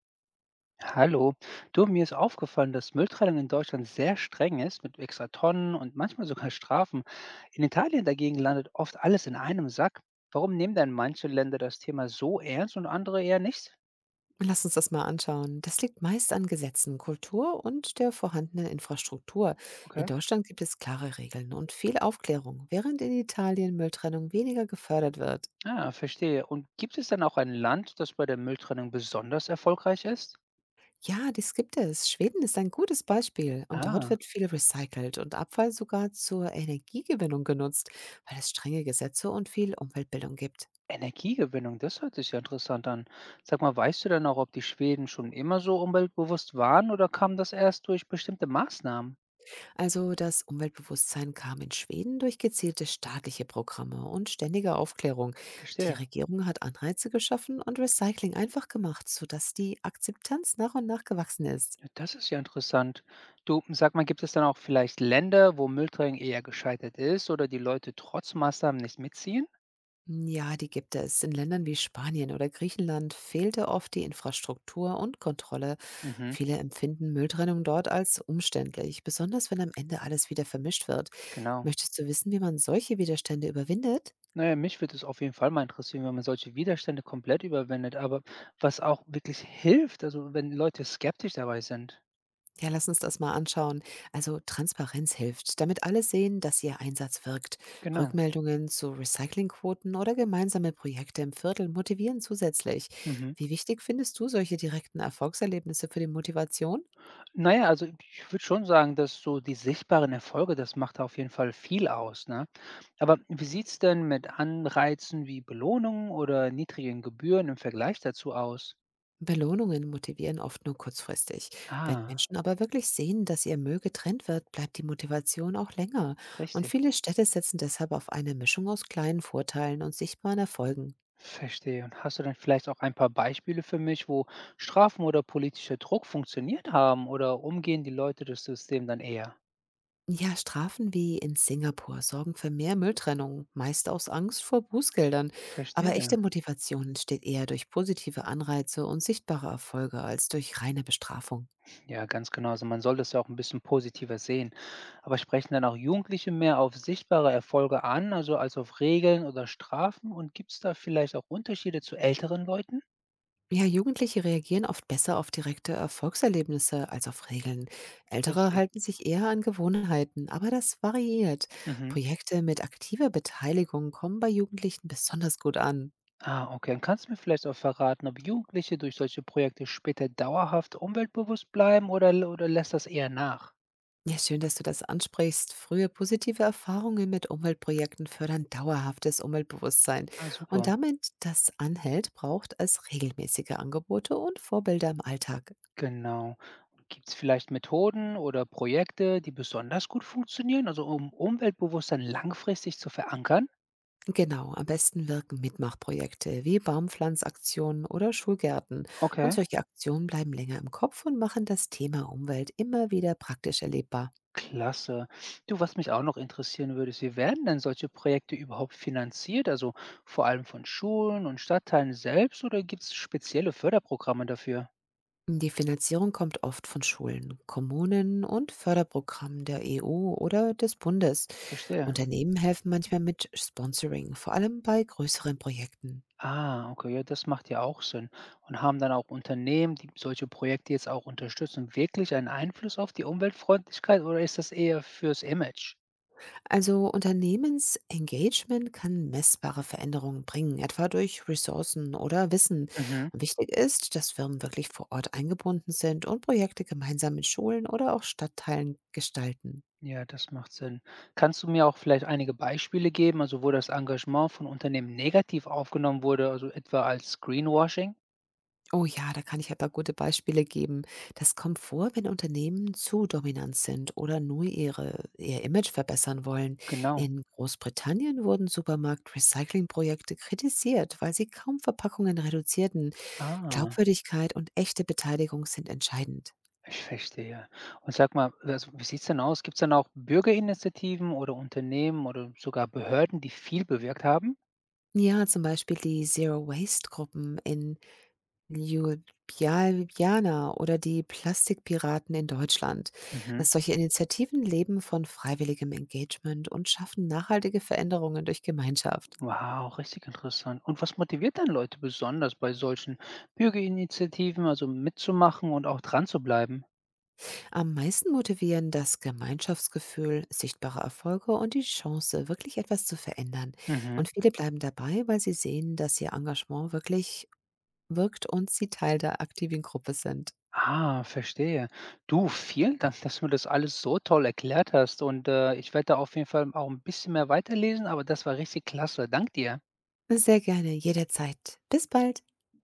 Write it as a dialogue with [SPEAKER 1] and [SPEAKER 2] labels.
[SPEAKER 1] Hallo. Du, mir ist aufgefallen, dass Mülltrennung in Deutschland sehr streng ist, mit extra Tonnen und manchmal sogar Strafen. In Italien dagegen landet oft alles in einem Sack. Warum nehmen denn manche Länder das Thema so ernst und andere eher nicht?
[SPEAKER 2] Lass uns das mal anschauen. Das liegt meist an Gesetzen, Kultur und der vorhandenen Infrastruktur. In
[SPEAKER 1] Okay.
[SPEAKER 2] Deutschland gibt es klare Regeln und viel Aufklärung, während in Italien Mülltrennung weniger gefördert wird.
[SPEAKER 1] Ah, verstehe. Und gibt es dann auch ein Land, das bei der Mülltrennung besonders erfolgreich ist?
[SPEAKER 2] Ja, dies gibt es. Schweden ist ein gutes Beispiel und dort
[SPEAKER 1] Ah,
[SPEAKER 2] wird viel recycelt und Abfall sogar zur Energiegewinnung genutzt, weil es strenge Gesetze und viel Umweltbildung gibt.
[SPEAKER 1] Energiegewinnung, das hört sich ja interessant an. Sag mal, weißt du denn auch, ob die Schweden schon immer so umweltbewusst waren oder kam das erst durch bestimmte Maßnahmen?
[SPEAKER 2] Also das Umweltbewusstsein kam in Schweden durch gezielte staatliche Programme und ständige Aufklärung. Die
[SPEAKER 1] Verstehe.
[SPEAKER 2] Regierung hat Anreize geschaffen und Recycling einfach gemacht, sodass die Akzeptanz nach und nach gewachsen ist.
[SPEAKER 1] Ja, das ist ja interessant. Du, sag mal, gibt es dann auch vielleicht Länder, wo Mülltrennung eher gescheitert ist oder die Leute trotz Maßnahmen nicht mitziehen?
[SPEAKER 2] Ja, die gibt es. In Ländern wie Spanien oder Griechenland fehlte oft die Infrastruktur und Kontrolle.
[SPEAKER 1] Mhm,
[SPEAKER 2] Viele empfinden Mülltrennung dort als umständlich, besonders wenn am Ende alles wieder vermischt wird.
[SPEAKER 1] genau.
[SPEAKER 2] Möchtest du wissen, wie man solche Widerstände überwindet?
[SPEAKER 1] Naja, mich würde es auf jeden Fall mal interessieren, wenn man solche Widerstände komplett überwindet, aber was auch wirklich hilft, also wenn Leute skeptisch dabei sind.
[SPEAKER 2] Ja, lass uns das mal anschauen. Also Transparenz hilft, damit alle sehen, dass ihr Einsatz wirkt.
[SPEAKER 1] Genau.
[SPEAKER 2] Rückmeldungen zu Recyclingquoten oder gemeinsame Projekte im Viertel motivieren zusätzlich.
[SPEAKER 1] Mhm.
[SPEAKER 2] Wie wichtig findest du solche direkten Erfolgserlebnisse für die Motivation?
[SPEAKER 1] Naja, also ich würde schon sagen, dass so die sichtbaren Erfolge, das macht auf jeden Fall viel aus, ne? Aber wie sieht es denn mit Anreizen wie Belohnungen oder niedrigen Gebühren im Vergleich dazu aus?
[SPEAKER 2] Belohnungen motivieren oft nur kurzfristig. Wenn
[SPEAKER 1] Ah,
[SPEAKER 2] Menschen aber wirklich sehen, dass ihr Müll getrennt wird, bleibt die Motivation auch länger. Und
[SPEAKER 1] richtig.
[SPEAKER 2] viele Städte setzen deshalb auf eine Mischung aus kleinen Vorteilen und sichtbaren Erfolgen.
[SPEAKER 1] Verstehe. Und hast du dann vielleicht auch ein paar Beispiele für mich, wo Strafen oder politischer Druck funktioniert haben oder umgehen die Leute das System dann eher?
[SPEAKER 2] Ja, Strafen wie in Singapur sorgen für mehr Mülltrennung, meist aus Angst vor Bußgeldern. Aber
[SPEAKER 1] Verstehe.
[SPEAKER 2] echte Motivation entsteht eher durch positive Anreize und sichtbare Erfolge als durch reine Bestrafung.
[SPEAKER 1] Ja, ganz genau. Also man soll das ja auch ein bisschen positiver sehen. Aber sprechen dann auch Jugendliche mehr auf sichtbare Erfolge an, also als auf Regeln oder Strafen? Und gibt es da vielleicht auch Unterschiede zu älteren Leuten?
[SPEAKER 2] Ja, Jugendliche reagieren oft besser auf direkte Erfolgserlebnisse als auf Regeln. Ältere
[SPEAKER 1] Richtig.
[SPEAKER 2] halten sich eher an Gewohnheiten, aber das variiert.
[SPEAKER 1] Mhm.
[SPEAKER 2] Projekte mit aktiver Beteiligung kommen bei Jugendlichen besonders gut an.
[SPEAKER 1] Ah, okay. Und kannst du mir vielleicht auch verraten, ob Jugendliche durch solche Projekte später dauerhaft umweltbewusst bleiben oder, oder lässt das eher nach?
[SPEAKER 2] Ja, schön, dass du das ansprichst. Frühe positive Erfahrungen mit Umweltprojekten fördern dauerhaftes Umweltbewusstsein.
[SPEAKER 1] Ah,
[SPEAKER 2] Und
[SPEAKER 1] super.
[SPEAKER 2] damit das anhält, braucht es regelmäßige Angebote und Vorbilder im Alltag.
[SPEAKER 1] Genau. Gibt es vielleicht Methoden oder Projekte, die besonders gut funktionieren, also um Umweltbewusstsein langfristig zu verankern?
[SPEAKER 2] Genau, am besten wirken Mitmachprojekte wie Baumpflanzaktionen oder Schulgärten. Und
[SPEAKER 1] Okay,
[SPEAKER 2] solche Aktionen bleiben länger im Kopf und machen das Thema Umwelt immer wieder praktisch erlebbar.
[SPEAKER 1] klasse. Du, was mich auch noch interessieren würde, ist, wie werden denn solche Projekte überhaupt finanziert? Also vor allem von Schulen und Stadtteilen selbst oder gibt es spezielle Förderprogramme dafür?
[SPEAKER 2] Die Finanzierung kommt oft von Schulen, Kommunen und Förderprogrammen der EU oder des Bundes.
[SPEAKER 1] Verstehe.
[SPEAKER 2] Unternehmen helfen manchmal mit Sponsoring, vor allem bei größeren Projekten.
[SPEAKER 1] Ah, okay, ja, das macht ja auch Sinn. Und haben dann auch Unternehmen, die solche Projekte jetzt auch unterstützen, wirklich einen Einfluss auf die Umweltfreundlichkeit oder ist das eher fürs Image?
[SPEAKER 2] Also Unternehmensengagement kann messbare Veränderungen bringen, etwa durch Ressourcen oder Wissen.
[SPEAKER 1] Mhm.
[SPEAKER 2] Und wichtig ist, dass Firmen wirklich vor Ort eingebunden sind und Projekte gemeinsam mit Schulen oder auch Stadtteilen gestalten.
[SPEAKER 1] Ja, das macht Sinn. Kannst du mir auch vielleicht einige Beispiele geben, also wo das Engagement von Unternehmen negativ aufgenommen wurde, also etwa als Greenwashing?
[SPEAKER 2] Oh ja, da kann ich ein paar gute Beispiele geben. Das kommt vor, wenn Unternehmen zu dominant sind oder nur ihr Image verbessern wollen.
[SPEAKER 1] Genau.
[SPEAKER 2] In Großbritannien wurden Supermarkt-Recycling-Projekte kritisiert, weil sie kaum Verpackungen reduzierten.
[SPEAKER 1] Ah,
[SPEAKER 2] Glaubwürdigkeit und echte Beteiligung sind entscheidend.
[SPEAKER 1] ich verstehe. Und sag mal, also wie sieht's denn aus? Gibt's dann auch Bürgerinitiativen oder Unternehmen oder sogar Behörden, die viel bewirkt haben?
[SPEAKER 2] Ja, zum Beispiel die Zero-Waste-Gruppen in Ljubljana oder die Plastikpiraten in Deutschland.
[SPEAKER 1] Mhm.
[SPEAKER 2] Solche Initiativen leben von freiwilligem Engagement und schaffen nachhaltige Veränderungen durch Gemeinschaft.
[SPEAKER 1] Wow, richtig interessant. Und was motiviert denn Leute besonders bei solchen Bürgerinitiativen, also mitzumachen und auch dran zu bleiben?
[SPEAKER 2] Am meisten motivieren das Gemeinschaftsgefühl, sichtbare Erfolge und die Chance, wirklich etwas zu verändern.
[SPEAKER 1] Mhm.
[SPEAKER 2] Und viele bleiben dabei, weil sie sehen, dass ihr Engagement wirklich wirkt und sie Teil der aktiven Gruppe sind.
[SPEAKER 1] Ah, verstehe. Du, vielen Dank, dass du mir das alles so toll erklärt hast. Und ich werde da auf jeden Fall auch ein bisschen mehr weiterlesen, aber das war richtig klasse. Dank dir.
[SPEAKER 2] Sehr gerne, jederzeit. Bis bald.